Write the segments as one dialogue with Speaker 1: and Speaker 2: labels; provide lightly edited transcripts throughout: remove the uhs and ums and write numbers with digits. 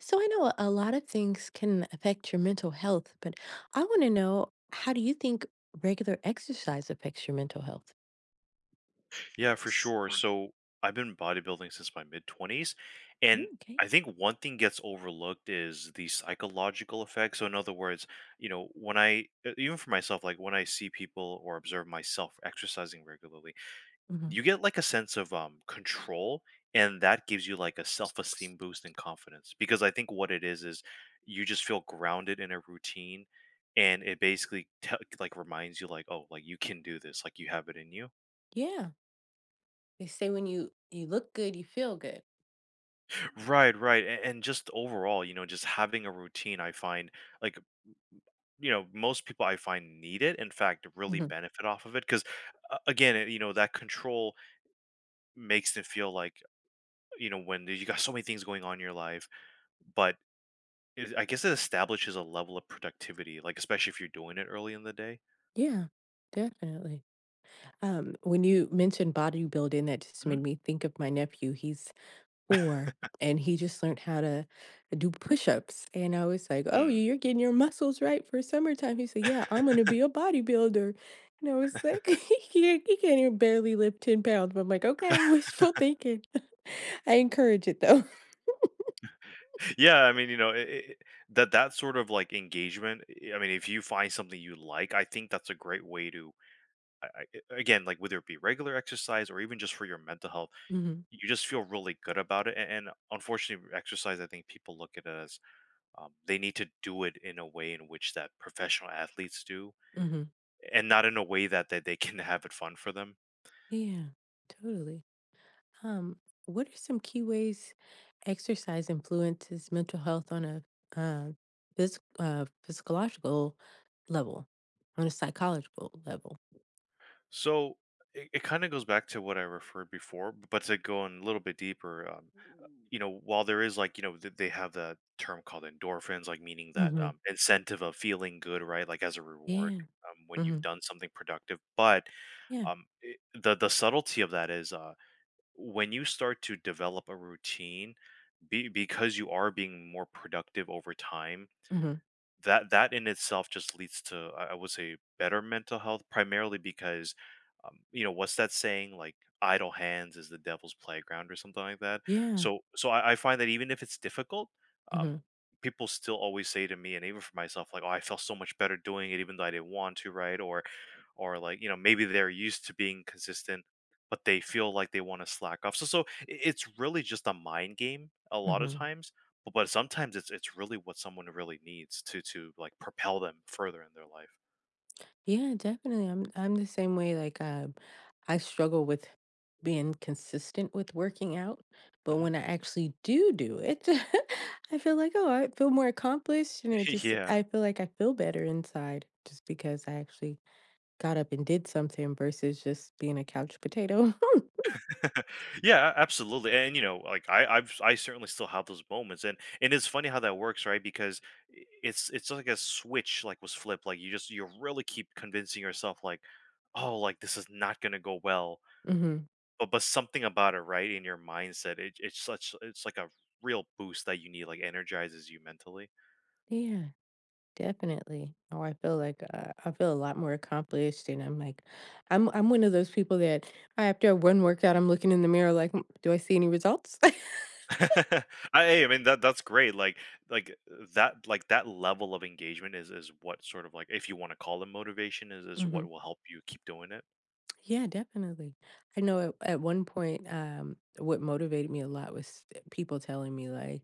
Speaker 1: So I know a lot of things can affect your mental health, but I want to know, how do you think regular exercise affects your mental health?
Speaker 2: Yeah, for sure. So I've been bodybuilding since my mid 20s. And
Speaker 1: Ooh, okay.
Speaker 2: I think one thing gets overlooked is the psychological effect. So, in other words, when even for myself, like when I see people or observe myself exercising regularly,
Speaker 1: hmm
Speaker 2: you get like a sense of control. And that gives you like a self esteem boost and confidence. Because I think what it is you just feel grounded in a routine. And it basically like reminds you, like, oh, like you can do this, like you have it in you
Speaker 1: Yeah. They say when you look good, you feel good.
Speaker 2: Right, right. And just overall, just having a routine, I find like, most people I find need it. In fact, really
Speaker 1: hmm
Speaker 2: benefit off of it. Cause again, you know, that control makes them feel like, you know, when you got so many things going on in your life, but it, I guess it establishes a level of productivity, like, especially if you're doing it early in the day.
Speaker 1: Yeah, definitely. When you mentioned bodybuilding, that just
Speaker 2: Mhm.
Speaker 1: made me think of my nephew. He's 4, and he just learned how to do push-ups, and I was like, "Oh,
Speaker 2: Mm.
Speaker 1: you're getting your muscles right for summertime." He said, "Yeah, I'm gonna be a bodybuilder." And I was like, "He can't even barely lift 10 pounds," but I'm like, "Okay, wishful thinking." I encourage it, though.
Speaker 2: Yeah, I mean, you know, that that sort of like engagement. I mean, if you find something you like, I think that's a great way to I, again, like whether it be regular exercise or even just for your mental health,
Speaker 1: Mhm,
Speaker 2: you just feel really good about it. And unfortunately, exercise, I think people look at it as they need to do it in a way in which that professional athletes do,
Speaker 1: mhm.
Speaker 2: and not in a way that they can have it fun for them.
Speaker 1: Yeah, totally. Um, what are some key ways exercise influences mental health on a uh, physiological level, on a psychological level?
Speaker 2: So it kind of goes back to what I referred before, but to go in a little bit deeper, you know, while there is like, you know, they have the term called endorphins, like meaning that
Speaker 1: hmm
Speaker 2: incentive of feeling good, right? Like as a reward
Speaker 1: Yeah.
Speaker 2: when you've
Speaker 1: hmm
Speaker 2: done something productive. But
Speaker 1: Yeah.
Speaker 2: it, the subtlety of that is when you start to develop a routine because you are being more productive over time,
Speaker 1: hmm
Speaker 2: that in itself just leads to I would say better mental health primarily because you know what's that saying like idle hands is the devil's playground or something like that.
Speaker 1: Yeah.
Speaker 2: So I find that even if it's difficult, um,
Speaker 1: hmm
Speaker 2: people still always say to me and even for myself like oh I felt so much better doing it even though I didn't want to, right? Or like you know maybe they're used to being consistent but they feel like they want to slack off. It's really just a mind game a lot of
Speaker 1: hmm
Speaker 2: times, but sometimes it's really what someone really needs to like, propel them further in their life.
Speaker 1: Yeah, definitely. I'm the same way. I struggle with being consistent with working out, but
Speaker 2: Mhm.
Speaker 1: when I actually do do it, I feel like, oh, I feel more accomplished, and it just,
Speaker 2: Yeah.
Speaker 1: I feel like I feel better inside just because I actually got up and did something versus just being a couch potato.
Speaker 2: Yeah, absolutely, and, you know, like, I certainly still have those moments, and it's funny how that works, right? Because I it's like a switch, like, was flipped, like, you just you really keep convincing yourself, like, "Oh, like, this is not gonna go well,"
Speaker 1: Mhm.
Speaker 2: but something about it, right, in your mindset, it it's such it's like a real boost that you need, like, energizes you mentally.
Speaker 1: Yeah, definitely. Oh, I feel like, I feel a lot more accomplished, and I'm like, I'm one of those people that I, after one workout, I'm looking in the mirror like, "Mm, do I see any results?"
Speaker 2: I hey, I mean that that's great. Like that like that level of engagement is what sort of like, if you want to call it motivation, is what
Speaker 1: Mhm.
Speaker 2: will help you keep doing it.
Speaker 1: Yeah, definitely. I know at one point, what motivated me a lot was people telling me like,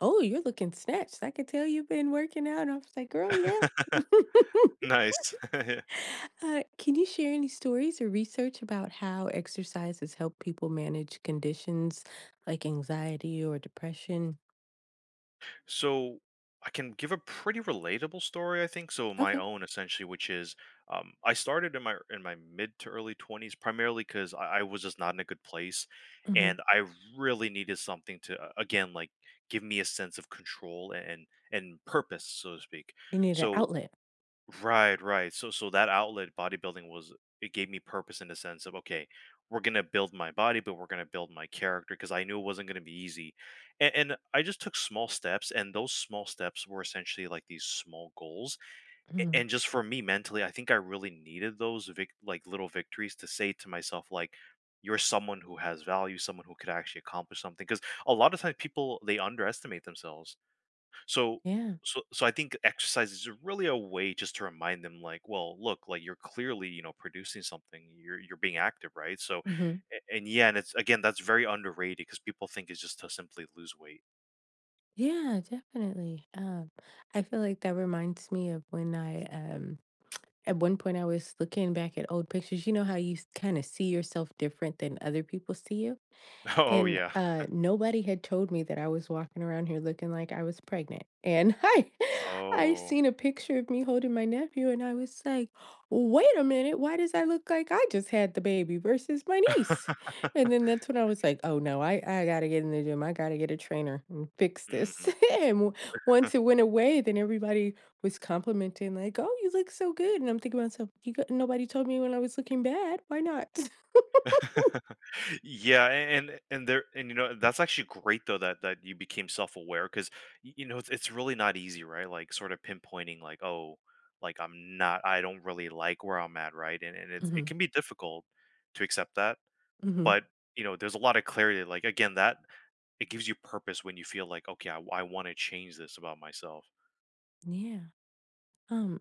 Speaker 1: "Oh, you're looking snatched. I could tell you've been working out." And I was like, "Girl, yeah."
Speaker 2: Nice.
Speaker 1: Can you share any stories or research about how exercise has helped people manage conditions like anxiety or depression?
Speaker 2: So I can give a pretty relatable story, I think. So my
Speaker 1: Okay.
Speaker 2: own essentially, which is I started in my mid to early 20s primarily because I was just not in a good place,
Speaker 1: hmm
Speaker 2: and I really needed something to again like give me a sense of control and purpose, so to speak.
Speaker 1: You need an
Speaker 2: So
Speaker 1: outlet.
Speaker 2: Right, right. So so that outlet bodybuilding was it gave me purpose in the sense of okay, we're gonna build my body, but we're gonna build my character because I knew it wasn't gonna be easy. And I just took small steps, and those small steps were essentially like these small goals. A-
Speaker 1: Mhm.
Speaker 2: And just for me mentally, I think I really needed those like little victories to say to myself like. You're someone who has value, someone who could actually accomplish something. Because a lot of times people they underestimate themselves, so
Speaker 1: Yeah.
Speaker 2: so I think exercise is really a way just to remind them like, well, look, like you're clearly, you know, producing something. You're being active, right? So
Speaker 1: hmm
Speaker 2: and yeah, and it's again that's very underrated because people think it's just to simply lose weight.
Speaker 1: Yeah, definitely. I feel like that reminds me of when I at one point, I was looking back at old pictures. You know how you kind of see yourself different than other people see you?
Speaker 2: Oh
Speaker 1: And,
Speaker 2: yeah.
Speaker 1: nobody had told me that I was walking around here looking like I was pregnant, and I
Speaker 2: Oh.
Speaker 1: seen a picture of me holding my nephew, and I was like, "Wait a minute, why does I look like I just had the baby versus my niece?" And then that's when I was like, "Oh, no, I gotta get in the gym, I gotta get a trainer and fix this."
Speaker 2: Mm.
Speaker 1: And w, once it went away, then everybody was complimenting like, "Oh, you look so good," and I'm thinking to myself, "You got nobody told me when I was looking bad, why not?"
Speaker 2: Yeah, and there and you know that's actually great though that that you became self-aware because it's really not easy, right? Like sort of pinpointing like oh, like I don't really like where I'm at, right? And it's it
Speaker 1: Mhm,
Speaker 2: can be difficult to accept that,
Speaker 1: mhm,
Speaker 2: but you know there's a lot of clarity. Like again, that it gives you purpose when you feel like okay, I want to change this about myself.
Speaker 1: yeah, um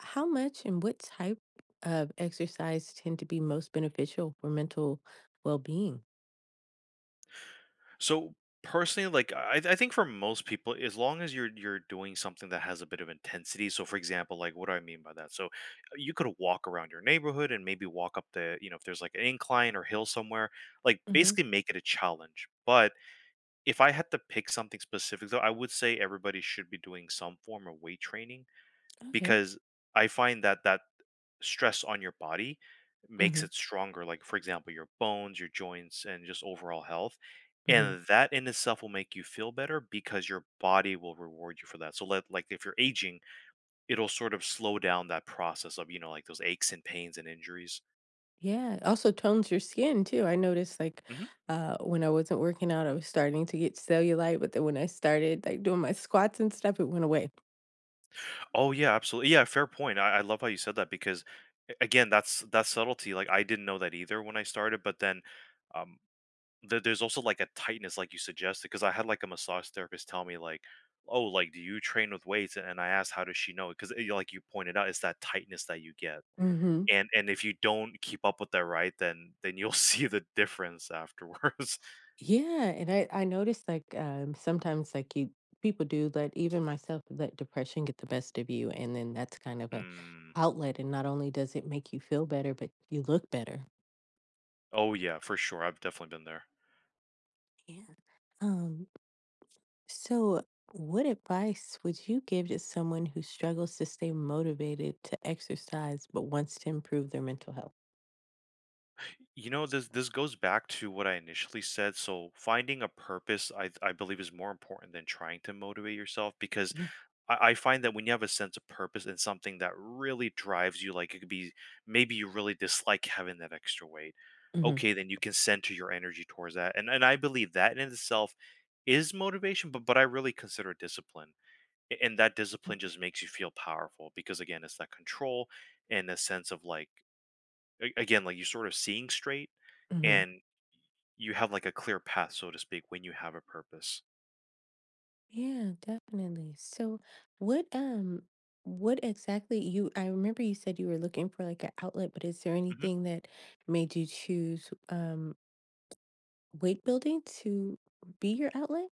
Speaker 1: how much and what type of exercise tend to be most beneficial for mental well-being?
Speaker 2: So personally, I think for most people, as long as you're doing something that has a bit of intensity. So for example, like what do I mean by that? So you could walk around your neighborhood and maybe walk up the, you know, if there's like an incline or hill somewhere, like
Speaker 1: Mhm.
Speaker 2: basically make it a challenge. But if I had to pick something specific though, I would say everybody should be doing some form of weight training
Speaker 1: Okay.
Speaker 2: because I find that stress on your body makes
Speaker 1: Mhm.
Speaker 2: it stronger, like for example your bones, your joints, and just overall health.
Speaker 1: Mhm.
Speaker 2: And that in itself will make you feel better because your body will reward you for that. So let, like if you're aging, it'll sort of slow down that process of you know like those aches and pains and injuries.
Speaker 1: Yeah, it also tones your skin too. I noticed like,
Speaker 2: Hmm.
Speaker 1: when I wasn't working out, I was starting to get cellulite, but then when I started like doing my squats and stuff, it went away.
Speaker 2: Oh yeah, absolutely. Yeah, fair point. I love how you said that because again that's that subtlety, like I didn't know that either when I started, but then um, there there's also, like, a tightness like you suggested, because I had, like, a massage therapist tell me, like, "Oh, like, do you train with weights?" And I asked, "How does she know?" Because like you pointed out, it's that tightness that you get.
Speaker 1: Mhm.
Speaker 2: And if you don't keep up with that, right, then you'll see the difference afterwards.
Speaker 1: Yeah, and I noticed like sometimes like you, people do let, even myself let depression get the best of you, and then that's kind of a
Speaker 2: Mm.
Speaker 1: outlet, and not only does it make you feel better, but you look better.
Speaker 2: Oh, yeah, for sure, I've definitely been there.
Speaker 1: Yeah. Um, so what advice would you give to someone who struggles to stay motivated to exercise but wants to improve their mental health?
Speaker 2: You know, this goes back to what I initially said, so finding a purpose I believe is more important than trying to motivate yourself because
Speaker 1: Mhm.
Speaker 2: I find that when you have a sense of purpose and something that really drives you, like it could be maybe you really dislike having that extra weight.
Speaker 1: Mhm.
Speaker 2: Okay, then you can center your energy towards that. And I believe that in itself is motivation, but I really consider it discipline. And that discipline just makes you feel powerful because again, it's that control and a sense of like again, like you're sort of seeing straight
Speaker 1: Mhm.
Speaker 2: and you have like a clear path, so to speak, when you have a purpose.
Speaker 1: Yeah, definitely. So what um what exactly you, I remember you said you were looking for like an outlet, but is there
Speaker 2: Hmm.
Speaker 1: anything that made you choose weight building to be your outlet?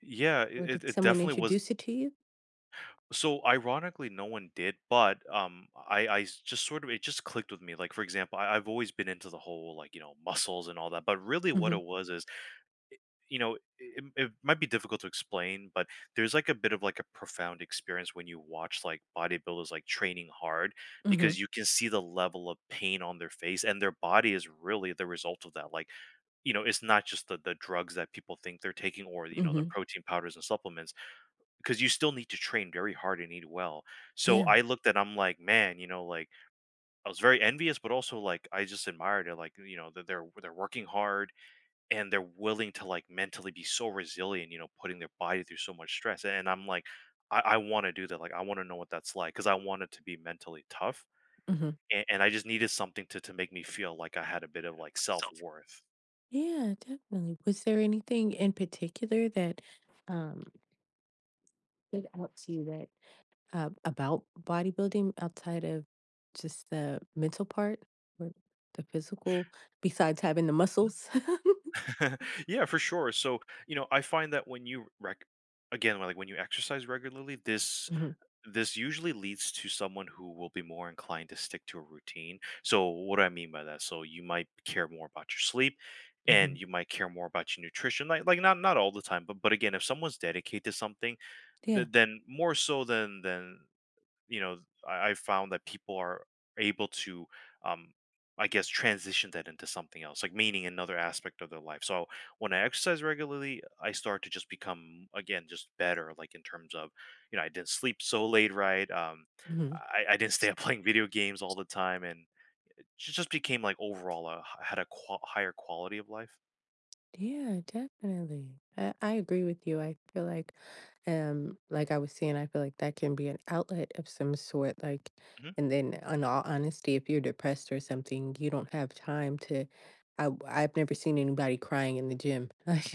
Speaker 2: Yeah,
Speaker 1: Or
Speaker 2: it
Speaker 1: did
Speaker 2: it
Speaker 1: someone
Speaker 2: definitely was.
Speaker 1: introduce it to you?
Speaker 2: So ironically, no one did, but just sort of it just clicked with me. Like for example, I've always been into the whole like you know muscles and all that, but really what
Speaker 1: Mm-hmm.
Speaker 2: it was is you know it, it might be difficult to explain, but there's like a bit of like a profound experience when you watch like bodybuilders like training hard
Speaker 1: Mm-hmm.
Speaker 2: because you can see the level of pain on their face and their body is really the result of that. Like you know it's not just the drugs that people think they're taking or you know the
Speaker 1: Mm-hmm.
Speaker 2: protein powders and supplements because you still need to train very hard and eat well. So
Speaker 1: Yeah.
Speaker 2: I looked at I'm like, man, you know, like I was very envious, but also like I just admired it. Like, you know, that they're working hard and they're willing to like mentally be so resilient, you know, putting their body through so much stress. And I'm like, I want to do that. Like I want to know what that's like because I wanted to be mentally tough.
Speaker 1: Mm-hmm.
Speaker 2: And I just needed something to make me feel like I had a bit of like self-worth.
Speaker 1: Yeah, definitely. Was there anything in particular that um stood out to you that? About bodybuilding outside of just the mental part or the physical, besides having the muscles?
Speaker 2: Yeah, for sure. So, you know, I find that when you rec again, like when you exercise regularly, this
Speaker 1: Mhm,
Speaker 2: This usually leads to someone who will be more inclined to stick to a routine. So, what do I mean by that? So, you might care more about your sleep and
Speaker 1: mhm.
Speaker 2: you might care more about your nutrition. Like, like not all the time, but again, if someone's dedicated to something,
Speaker 1: Yeah,
Speaker 2: then more so than you know I found that people are able to um I guess transition that into something else, like meaning another aspect of their life. So when I exercise regularly, I start to just become, again, just better, like in terms of, you know, I didn't sleep so late, right?
Speaker 1: mhm.
Speaker 2: I didn't stay up playing video games all the time, and it just became like overall a, I had a higher quality of life.
Speaker 1: Yeah, definitely. I agree with you. I feel like I was saying, I feel like that can be an outlet of some sort. Like,
Speaker 2: Mhm.
Speaker 1: and then, in all honesty, if you're depressed or something, you don't have time to. I've never seen anybody crying in the gym. Like,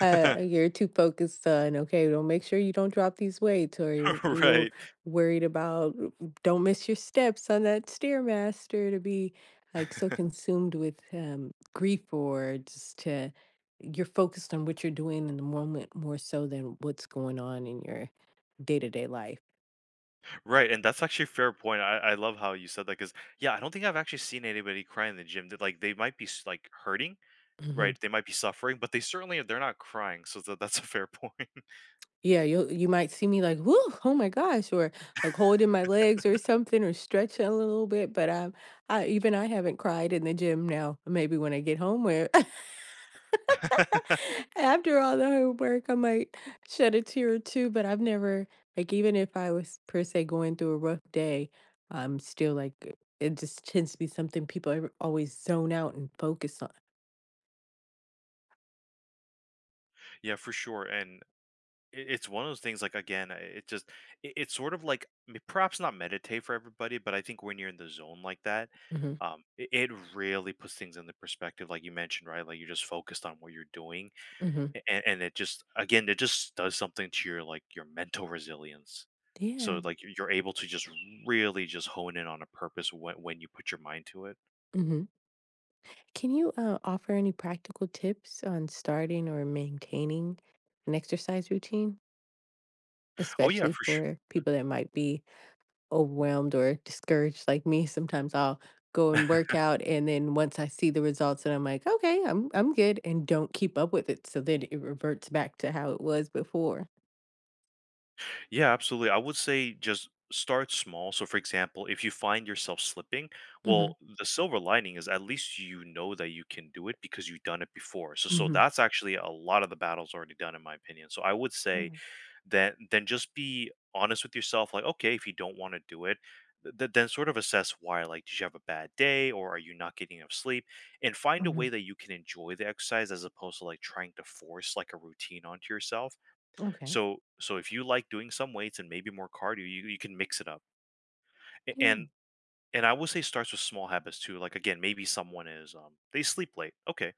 Speaker 1: you're too focused on, okay, don't make sure you don't drop these weights, or you're
Speaker 2: Right.
Speaker 1: worried about, don't miss your steps on that Stairmaster, to be like so consumed with grief, or just to, you're focused on what you're doing in the moment more so than what's going on in your day-to-day life.
Speaker 2: Right, and that's actually a fair point. I love how you said that, because yeah, I don't think I've actually seen anybody cry in the gym. That, like, they might be like hurting, right?
Speaker 1: hmm
Speaker 2: They might be suffering, but they certainly, they're not crying. So that's a fair point.
Speaker 1: Yeah, you might see me like, whoo, oh my gosh, or like holding my legs or something or stretching a little bit. But I, even I haven't cried in the gym now. Maybe when I get home, where after all the hard work, I might shed a tear or two. But I've never, like, even if I was per se going through a rough day, I'm still like, it just tends to be something people are always zone out and focus on.
Speaker 2: Yeah, for sure. And it's one of those things, like, again, it just, it's sort of like perhaps not meditate for everybody, but I think when you're in the zone like that,
Speaker 1: Mhm.
Speaker 2: it, it really puts things into perspective, like you mentioned, right? Like you're just focused on what you're doing,
Speaker 1: Mhm.
Speaker 2: and it just, again, it just does something to your, like, your mental resilience. So
Speaker 1: Yeah.
Speaker 2: like you're able to just really just hone in on a purpose when you put your mind to it.
Speaker 1: Mhm. Can you, offer any practical tips on starting or maintaining an exercise routine,
Speaker 2: Oh yeah,
Speaker 1: especially
Speaker 2: for sure.
Speaker 1: for people that might be overwhelmed or discouraged like me? Sometimes I'll go and work out, and then once I see the results and I'm like, "Okay, I'm good," and don't keep up with it, so then it reverts back to how it was before.
Speaker 2: Yeah, absolutely. I would say just start small. So for example, if you find yourself slipping,
Speaker 1: Mhm.
Speaker 2: well, the silver lining is at least you know that you can do it because you've done it before. So so
Speaker 1: Mhm.
Speaker 2: that's actually a lot of the battles already done, in my opinion. So I would say
Speaker 1: Mhm.
Speaker 2: then just be honest with yourself, like, okay, if you don't want to do it, then sort of assess why. Like, did you have a bad day, or are you not getting enough sleep? And find a way
Speaker 1: Mhm.
Speaker 2: that you can enjoy the exercise as opposed to like trying to force like a routine onto yourself.
Speaker 1: Okay.
Speaker 2: So so if you like doing some weights and maybe more cardio, you can mix it up. A- and
Speaker 1: Yeah.
Speaker 2: and I would say starts with small habits too. Like again, maybe someone is they sleep late. Okay,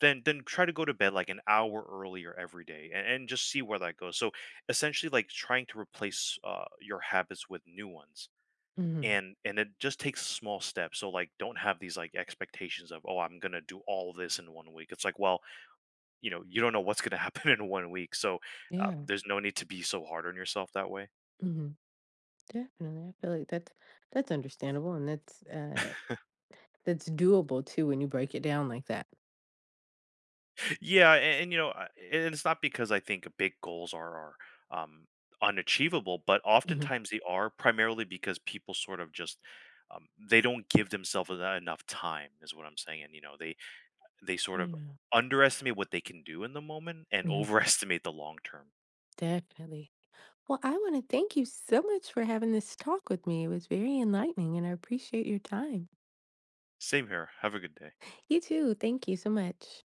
Speaker 2: then try to go to bed like an hour earlier every day, and just see where that goes. So essentially like trying to replace your habits with new ones.
Speaker 1: Mhm.
Speaker 2: And it just takes small steps. So like, don't have these like expectations of, oh, I'm gonna do all this in one week. It's like, well, you know, you don't know what's gonna happen in one week. So
Speaker 1: Yeah.
Speaker 2: there's no need to be so hard on yourself that way.
Speaker 1: Mhm. Definitely. I feel like that's understandable, and that's, that's doable too when you break it down like that.
Speaker 2: Yeah, and you know, and it's not because I think big goals are um, unachievable, but
Speaker 1: Mhm.
Speaker 2: oftentimes they are, primarily because people sort of just they don't give themselves enough time, is what I'm saying. And you know, they sort of
Speaker 1: Yeah.
Speaker 2: underestimate what they can do in the moment and
Speaker 1: Mhm.
Speaker 2: overestimate the long term.
Speaker 1: Definitely. Well, I wanna thank you so much for having this talk with me. It was very enlightening, and I appreciate your time.
Speaker 2: Same here. Have a good day.
Speaker 1: You too. Thank you so much.